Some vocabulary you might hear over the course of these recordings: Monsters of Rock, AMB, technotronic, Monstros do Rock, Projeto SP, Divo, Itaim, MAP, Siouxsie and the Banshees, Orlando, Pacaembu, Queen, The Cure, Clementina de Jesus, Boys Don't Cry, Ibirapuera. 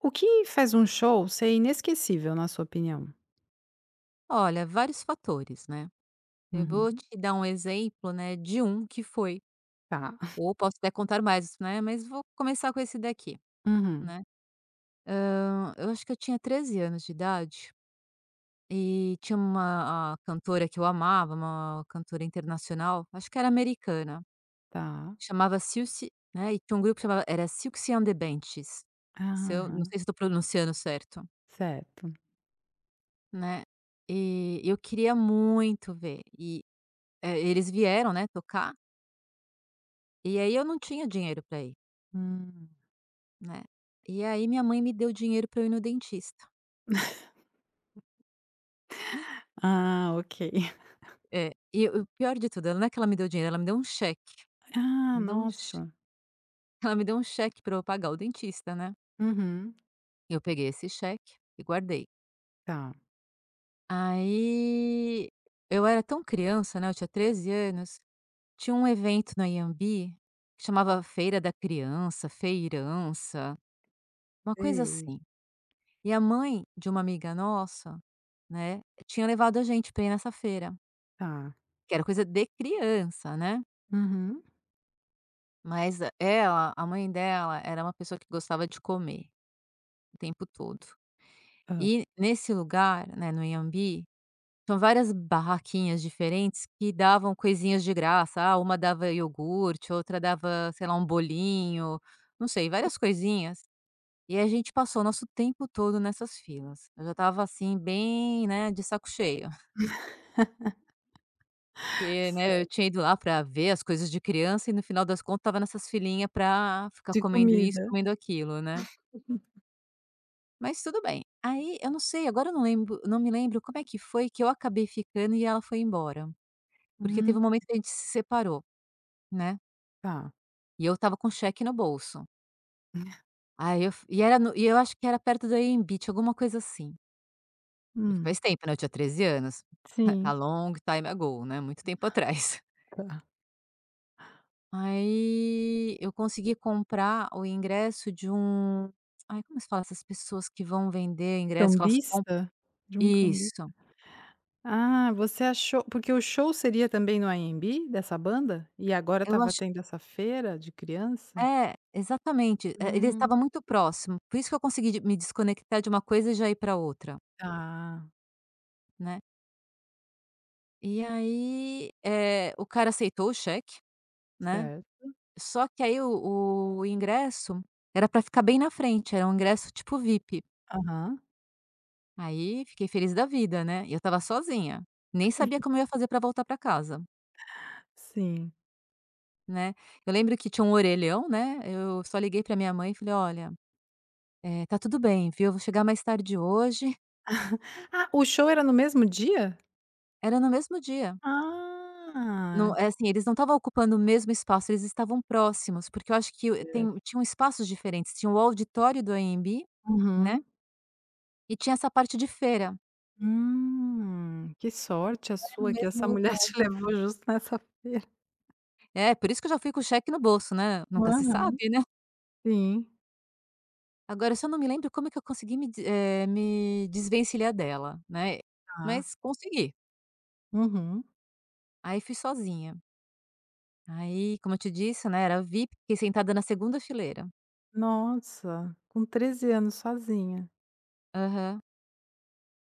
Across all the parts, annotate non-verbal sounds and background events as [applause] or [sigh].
O que faz um show ser inesquecível, na sua opinião? Olha, vários fatores, né. Eu Uhum. vou te dar um exemplo, né, de um que foi Tá. ou posso até contar mais, né, mas vou começar com esse daqui, Uhum. né. Eu acho que eu tinha 13 anos de idade e tinha uma a cantora que eu amava, uma cantora internacional, acho que era americana, Tá. chamava Siouxsie, né, e tinha um grupo que chamava era Siouxsie and the Banshees, se eu não Aham. sei se estou pronunciando certo, Certo. né. E eu queria muito ver e, eles vieram, né, tocar. E aí eu não tinha dinheiro para ir, Hum. né. E aí minha mãe me deu dinheiro para eu ir no dentista. Ah, ok. [laughs] É, e o pior de tudo, não é que ela me deu dinheiro, ela me deu um cheque, Ah, me deu um che nossa. [laughs] ela me deu um cheque para eu pagar o dentista, né. Uhum. Eu peguei esse cheque e guardei. Tá. Aí, eu era tão criança, né, eu tinha 13 anos, tinha um evento na Iambi, que chamava Feira da Criança, feirança, uma coisa Sei. assim. E a mãe de uma amiga nossa, né, tinha levado a gente pra ir nessa feira. Tá. Que era coisa de criança, né. Uhum. Mas ela a mãe dela era uma pessoa que gostava de comer o tempo todo. Hã. E nesse lugar, né, no Iambi, são várias barraquinhas diferentes que davam coisinhas de graça. Ah, uma dava iogurte, outra dava, sei lá, um bolinho, não sei, várias coisinhas. E a gente passou o nosso tempo todo nessas filas. Eu já estava assim bem, né, de saco cheio. [laughs] Porque, né, eu Certo. tinha ido lá pra ver as coisas de criança e no final das contas estava nessas filinha pra ficar De comendo isso, comida. comendo aquilo, né. Mas tudo bem. Aí, eu não sei, agora eu não lembro não me lembro como é que foi que eu acabei ficando e ela foi embora. Porque teve Hum. um momento que a gente se separou, né, Tá. e eu estava com cheque no bolso. Aí eu f e era no eu acho que era perto da AMB, tinha alguma coisa assim. Porque Hum. faz tempo, né, eu tinha 13 anos. [laughs] A Sim. long time ago, né, muito tempo atrás. Tá. Aí eu consegui comprar o ingresso de um ai, como se fala, essas pessoas que vão vender ingresso que elas compram Cambista? De um cambista. isso. Ah, você achou porque o show seria também no AMB dessa banda? E agora Eu estava acho, tendo essa feira de criança? é, exatamente. Ele Hum, estava muito próximo, por isso que eu consegui de me desconectar de uma coisa e já ir para outra, tá, né. E aí, o cara aceitou o cheque, né, certo. só que aí o ingresso era para ficar bem na frente, era um ingresso tipo VIP. Aham. Aí fiquei feliz da vida, né, e eu estava sozinha, nem sabia [laughs] como eu ia fazer para voltar para casa. Sim. Né. Eu lembro que tinha um orelhão, né, eu só liguei pra minha mãe e falei: "Olha, tá tudo bem, viu, eu vou chegar mais tarde hoje". Ah, o show era no mesmo dia? Era no mesmo dia. Ah, Não é assim, eles não estavam ocupando o mesmo espaço, eles estavam próximos, porque eu acho que o- tem certo. tinham espaços diferentes, tinha o auditório do AMB, né, Uhum. e tinha essa parte de feira. Que E sorte a não era o sua que essa mesmo mulher [laughs] lugar. te levou justo nessa feira. É, por isso que eu já fui com o cheque no bolso, né, nunca se Aham. sabe, né. Sim, Agora eu só não me lembro como é que eu consegui me desvencilhar dela, né, tá. mas consegui. Uhum. Aí fui sozinha. Aí, como eu te disse, né, era VIP, fiquei sentada na segunda fileira. Nossa, com 13 anos sozinha. Aham.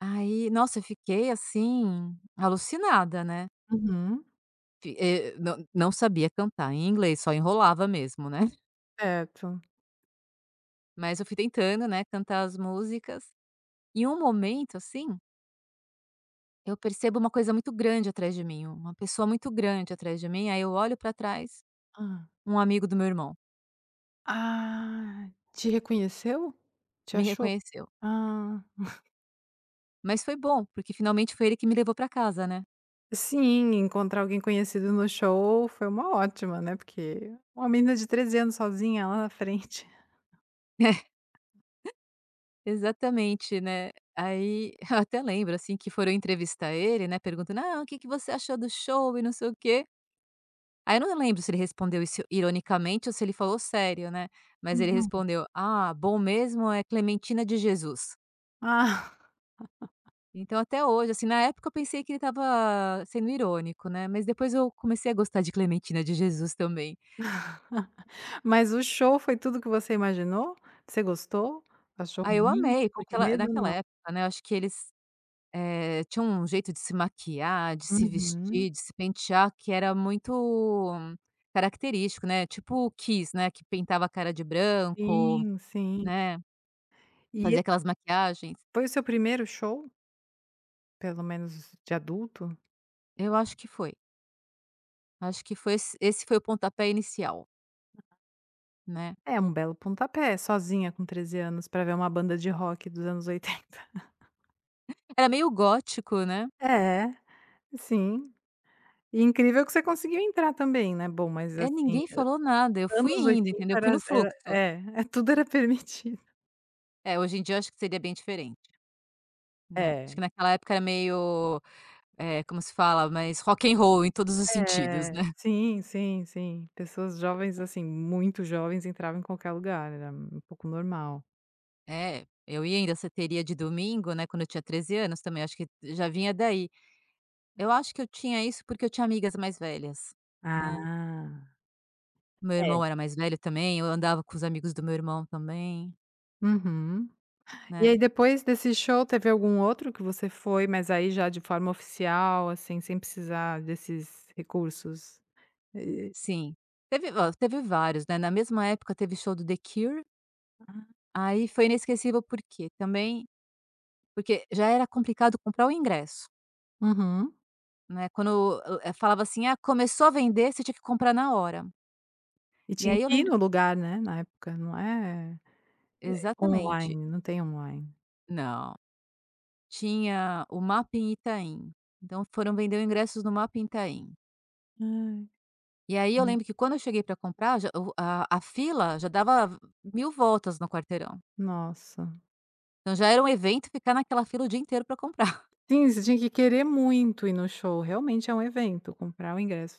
Aí, nossa, eu fiquei, assim, alucinada, né. Uhum, Fi eh, não não sabia cantar em inglês, só enrolava mesmo, né. [laughs] certo. Mas eu fui tentando, né, cantar as músicas. Em um momento, assim, eu percebo uma coisa muito grande atrás de mim, uma pessoa muito grande atrás de mim, aí eu olho pra trás, Hã. um amigo do meu irmão Ah, te reconheceu? Te me achou? reconheceu. Ah. Mas foi bom, porque finalmente foi ele que me levou pra casa, né. Sim, encontrar alguém conhecido no show foi uma ótima, né, porque uma menina de 13 anos sozinha lá na frente. Exatamente, né. Aí [laughs] eu até lembro, assim, que foram entrevistar ele, né, perguntando: "Ah, o que que você achou do show e não sei o quê". Aí eu não lembro se ele respondeu isso ironicamente ou se ele falou sério, né, mas ele Uhum. respondeu: "Ah, bom mesmo é Clementina de Jesus". Ah, Então até hoje, assim, na época eu pensei que ele estava sendo irônico, né, mas depois eu comecei a gostar de Clementina de Jesus também. mas o show foi tudo que você imaginou? Você gostou? Achou Aí eu ruim? amei, Ficou porque com ela medo? naquela Não. época, né, eu acho que tinha um jeito de se maquiar, de se Uhum. vestir, de se pentear que era muito característico, né, tipo o Kiss, né, que pintava a cara de branco, Sim, sim. né, E fazia aquelas maquiagens. foi o seu primeiro show, pelo menos de adulto? Eu acho que foi esse, esse foi o pontapé inicial, né. É um belo pontapé, sozinha com 13 anos pra ver uma banda de rock dos anos 80. Era meio gótico, né. É, sim. E incrível que você conseguiu entrar também, né, bom, mas É, assim. ninguém falou nada, eu fui Anos indo, 80 entendeu, fui era no era fluxo. é, [laughs] é tudo era permitido. É, hoje em dia eu acho que seria bem diferente, né. Acho É. que naquela época era meio, como se fala, mais rock and roll em todos os sentidos, É, né. sim, sim, sim. Pessoas jovens, assim, muito jovens entravam em qualquer lugar, era um pouco normal. É, eu ia em danceteria de domingo, né, quando eu tinha 13 anos também, acho que já vinha daí. Eu acho que eu tinha isso porque eu tinha amigas mais velhas, né. Ah. Meu É. irmão era mais velho também, eu andava com os amigos do meu irmão também, Uhum. E aí né. depois desse show teve algum outro que você foi, mas aí já de forma oficial, assim, sem precisar desses recursos? E Sim, teve ó, teve vários, né, na mesma época teve show do The Cure, aí foi inesquecível porque também porque já era complicado comprar o ingresso, uhum. né, quando, falava assim: "Ah, começou a vender", você tinha que comprar na hora. E E tinha aí eu que ir lembro no lugar, né, na época, não é exatamente. online, não tem online. Não. Tinha o MAP em Itaim, então foram vender ingressos no MAP em Itaim. Ai, E aí eu lembro que quando eu cheguei para comprar já o a fila já dava mil voltas no quarteirão. nossa. Então já era um evento ficar naquela fila o dia inteiro para comprar. [laughs] Sim, você tinha que querer muito ir no show, realmente é um evento, comprar o ingresso.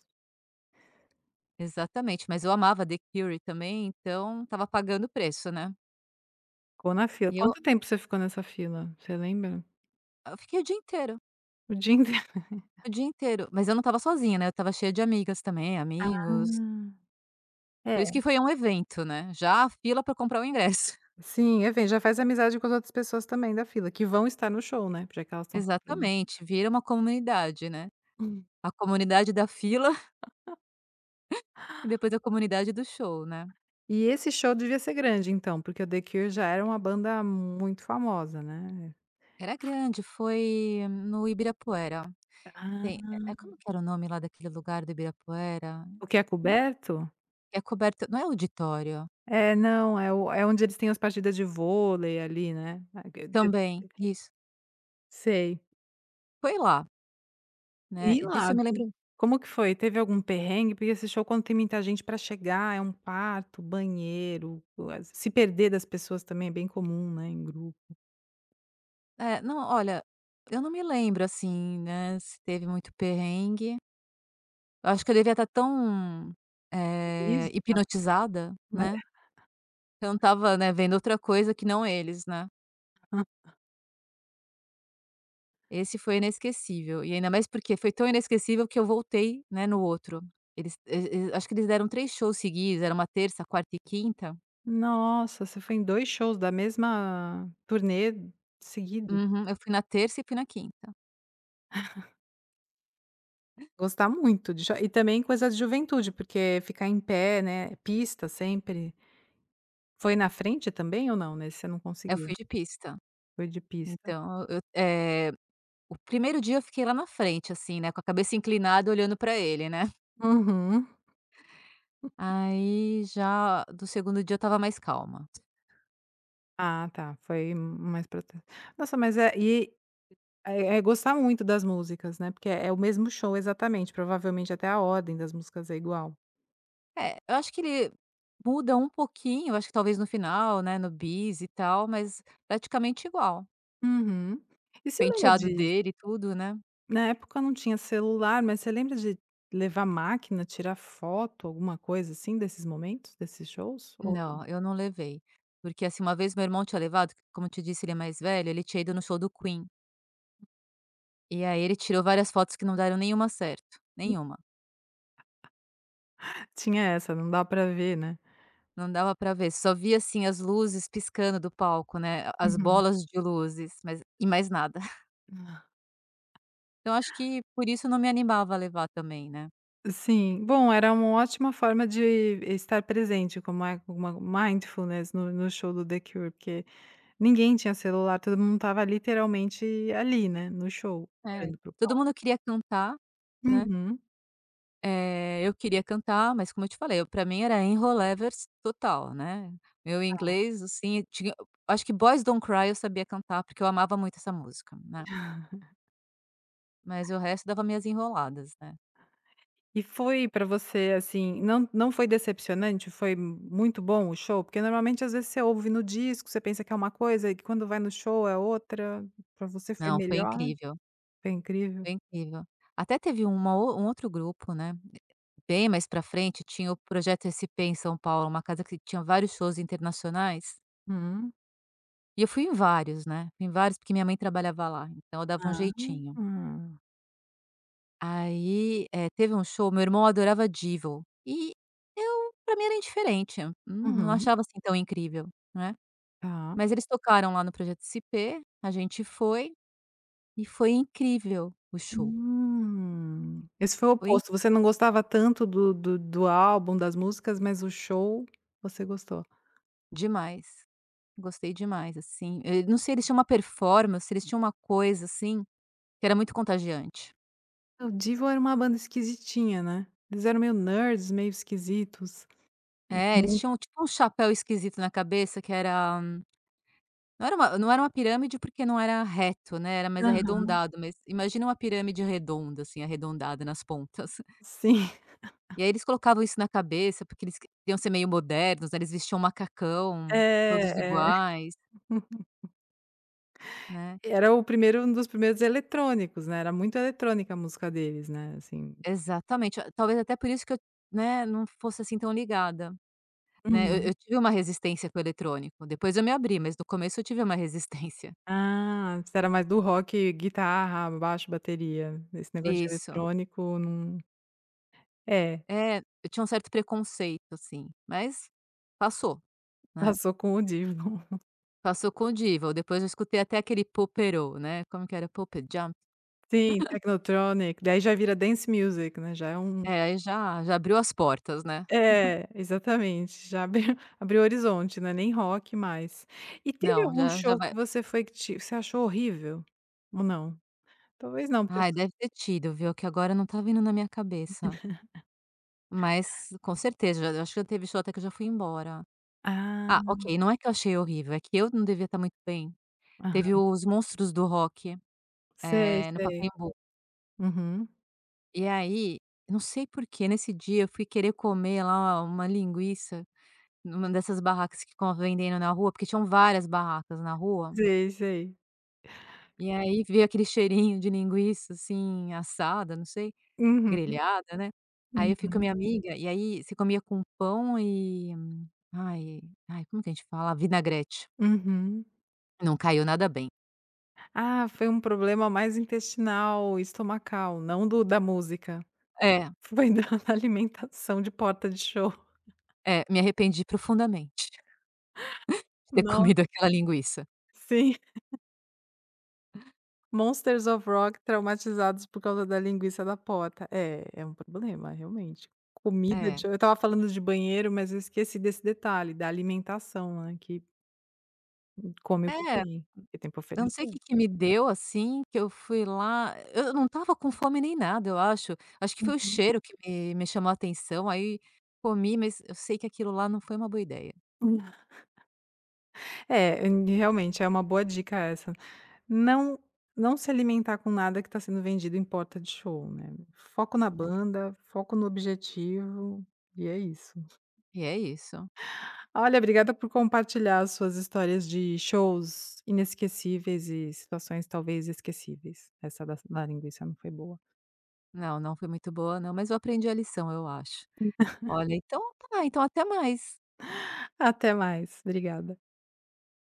Exatamente, mas eu amava The Cure também, então estava pagando o preço, né. Ficou na fila. E eu Quanto tempo você ficou nessa fila, você lembra? eu fiquei O dia [laughs] inteiro. o dia inteiro, mas eu não estava sozinha, né, eu estava cheia de amigas também, Ah, amigos, é. por isso que foi um evento, né, já a fila para comprar o ingresso. [laughs] Sim, é, vem, já faz amizade com as outras pessoas também da fila, que vão estar no show, né, já que elas estão comprando. Exatamente, vira uma comunidade, né. Hum. A comunidade da fila [laughs] e depois a comunidade do show, né. E esse show devia ser grande então, porque o The Cure já era uma banda muito famosa, né. Era grande, foi no Ibirapuera. Tem Ah. É como que era o nome lá daquele lugar do Ibirapuera? O que é Não coberto? é coberto, não é auditório? É, não, é o é onde eles têm as partidas de vôlei ali, né. Ah, que deve Também, ser isso. sei. Foi lá, né, E disso lá, eu me lembro. como que foi? Teve algum perrengue? Porque esse show quando tem muita gente para chegar, é um parto, banheiro, as se perder das pessoas também é bem comum, né, em grupo. É, não, olha, eu não me lembro, assim, né, se teve muito perrengue. Eu acho que eu devia estar tão, Feliz de estar hipnotizada, no show. né, eu não estava, né, vendo outra coisa que não eles, né. É. Esse foi inesquecível, e ainda mais porque foi tão inesquecível que eu voltei, né, no outro. Eles e Acho que eles deram 3 shows seguidos, era uma terça, quarta e quinta. Nossa, você foi em 2 shows da mesma turnê seguidos. Uhum, eu fui na terça e fui na quinta. Gostar muito de show e também coisa de juventude, porque ficar em pé, né, pista sempre. Foi na frente também ou não? Nesse você não Eu conseguiu? fui de pista. Foi de pista? Então o primeiro dia eu fiquei lá na frente, assim, né, com a cabeça inclinada olhando pra ele, né. Uhum. Aí já do segundo dia eu estava mais calma. Ah, tá, foi mais prote nossa, mas é e. É é gostar muito das músicas, né, porque é o mesmo show exatamente, provavelmente até a ordem das músicas é igual. É, eu acho que ele muda um pouquinho, eu acho que talvez no final, né, no bis e tal, mas praticamente igual. Uhum. E você lembra Penteado de dele e tudo, né. na época não tinha celular, mas você lembra de levar máquina, tirar foto, alguma coisa assim desses momentos, desses shows? Ou não? Não, eu não levei. Porque, assim, uma vez meu irmão tinha levado, que como eu te disse, ele é mais velho, ele tinha ido no show do Queen. E aí ele tirou várias fotos que não deram nenhuma certo, nenhuma. Tinha essa, não dá pra ver, né? Não dava pra ver, só via, assim, as luzes piscando do palco, né, as Uhum. bolas de luzes, mas e mais nada. [laughs] Então acho que por isso eu não me animava a levar também, né. Sim, bom, era uma ótima forma de estar presente, como é uma mindfulness no show do The Cure, porque ninguém tinha celular, todo mundo estava literalmente ali, né, no show, É. olhando para Todo palco. mundo queria cantar, né. Uhum. Eu queria cantar, mas como eu te falei, eu pra mim era Enrolevers total, né. Meu inglês, assim, tinha, acho que Boys Don't Cry eu sabia cantar, porque eu amava muito essa música, né. Mas o resto dava minhas enroladas, né. E foi para você, assim, não foi decepcionante? Foi muito bom o show? Porque normalmente às vezes você ouve no disco, você pensa que é uma coisa e que quando vai no show é outra. Para você foi Não, foi melhor? incrível, Foi incrível? foi incrível. Até teve uma, o um outro grupo, né, bem mais pra frente, tinha o Projeto SP em São Paulo, uma casa que tinha vários shows internacionais, Hum. e eu fui em vários, né, fui em vários porque minha mãe trabalhava lá, então eu dava um Ah, jeitinho. hum. Aí, teve um show, meu irmão adorava Divo, e eu pra mim era indiferente, não não Uhum. achava, assim, tão incrível, né. Tá. Mas eles tocaram lá no Projeto SP, a gente foi, e foi incrível o show, Esse foi o foi oposto, você não gostava tanto do álbum, das músicas, mas o show você gostou. demais, gostei demais, assim. Eu não sei, eles tinham uma performance, eles tinham uma coisa, assim, que era muito contagiante. O Divo era uma banda esquisitinha, né. Eles eram meio nerds, meio esquisitos e É, eles muito tinham tipo um chapéu esquisito na cabeça que era. Não era uma pirâmide, porque não era reto, né, era mais aham, arredondado, mas imagina uma pirâmide redonda, assim, arredondada nas pontas. [laughs] sim. [laughs] E aí eles colocavam isso na cabeça, porque eles queriam ser meio modernos, né, eles vestiam um É, macacão, todos é. iguais, né. Era o primeiro um dos primeiros eletrônicos, né, era muito eletrônica a música deles, né, assim. Exatamente, ah, talvez até por isso que eu, né, não fosse, assim, tão ligada, né. Eu Uhum. eu tive uma resistência com o eletrônico, depois eu me abri, mas no começo eu tive uma [laughs] resistência. Ah, você era mais do rock, guitarra, baixo, bateria, esse negócio de Isso. eletrônico não é, É, eu tinha um certo preconceito, assim, mas passou, né. passou com o Divo. Passou com Divo, depois eu escutei até aquele Popero, né, como que era? Pope Jump? Sim, technotronic, daí já vira dance music, né, já é um É, aí já já abriu as portas, né. é, exatamente, já abriu [laughs] abriu horizonte, não é nem rock mais. E teve Não, algum já já show que vai, você foi que te você achou horrível? Ou não? Talvez não, porque ai, deve ter tido, viu, que agora não tá vindo na minha cabeça, mas com certeza, já acho que já teve show até que eu já fui embora. ah, Ah, ok, não é que eu achei horrível, é que eu não devia estar muito bem. Teve aham. os Monstros do Rock, Sei, no sei. Pacaembu, Uhum. e aí, não sei por que nesse dia eu fui querer comer lá uma linguiça numa dessas barracas que ficam vendendo na rua, porque tinham várias barracas na rua. Sei, sei. E aí veio aquele cheirinho de linguiça, assim, assada, não sei, Uhum, grelhada, né. Aí eu fui com a uhum, minha amiga, e aí você comia com pão e ai, ai, como que a gente fala? Vinagrete. uhum. Não caiu nada bem. Ah, foi um problema mais intestinal, estomacal, não do da música. É, Foi [laughs] da alimentação de porta de show. é, me arrependi profundamente de ter [laughs] Nossa, comido aquela linguiça. sim. Monsters of Rock traumatizados por causa da linguiça da pota. É, é um problema, realmente. Comida É. de eu estava falando de banheiro, mas eu esqueci desse detalhe da alimentação, né, que come o É, que tem pra eu não oferecer. sei o que que me deu, assim, que eu fui lá eu não estava com fome nem nada, eu acho. Acho que foi o Uhum. cheiro que me chamou a atenção, aí comi, mas eu sei que aquilo lá não foi uma boa ideia. É, em- realmente é uma boa dica essa. Não não se alimentar com nada que está sendo vendido em porta de show, né. Foco na É, banda, foco no objetivo, e é isso. e é isso. Olha, obrigada por compartilhar as suas histórias de shows inesquecíveis e situações talvez esquecíveis. Essa da linguiça não foi boa. Não, não foi muito boa não, mas eu aprendi a lição, eu acho. Olha, então tá, então até mais. Até mais, obrigada.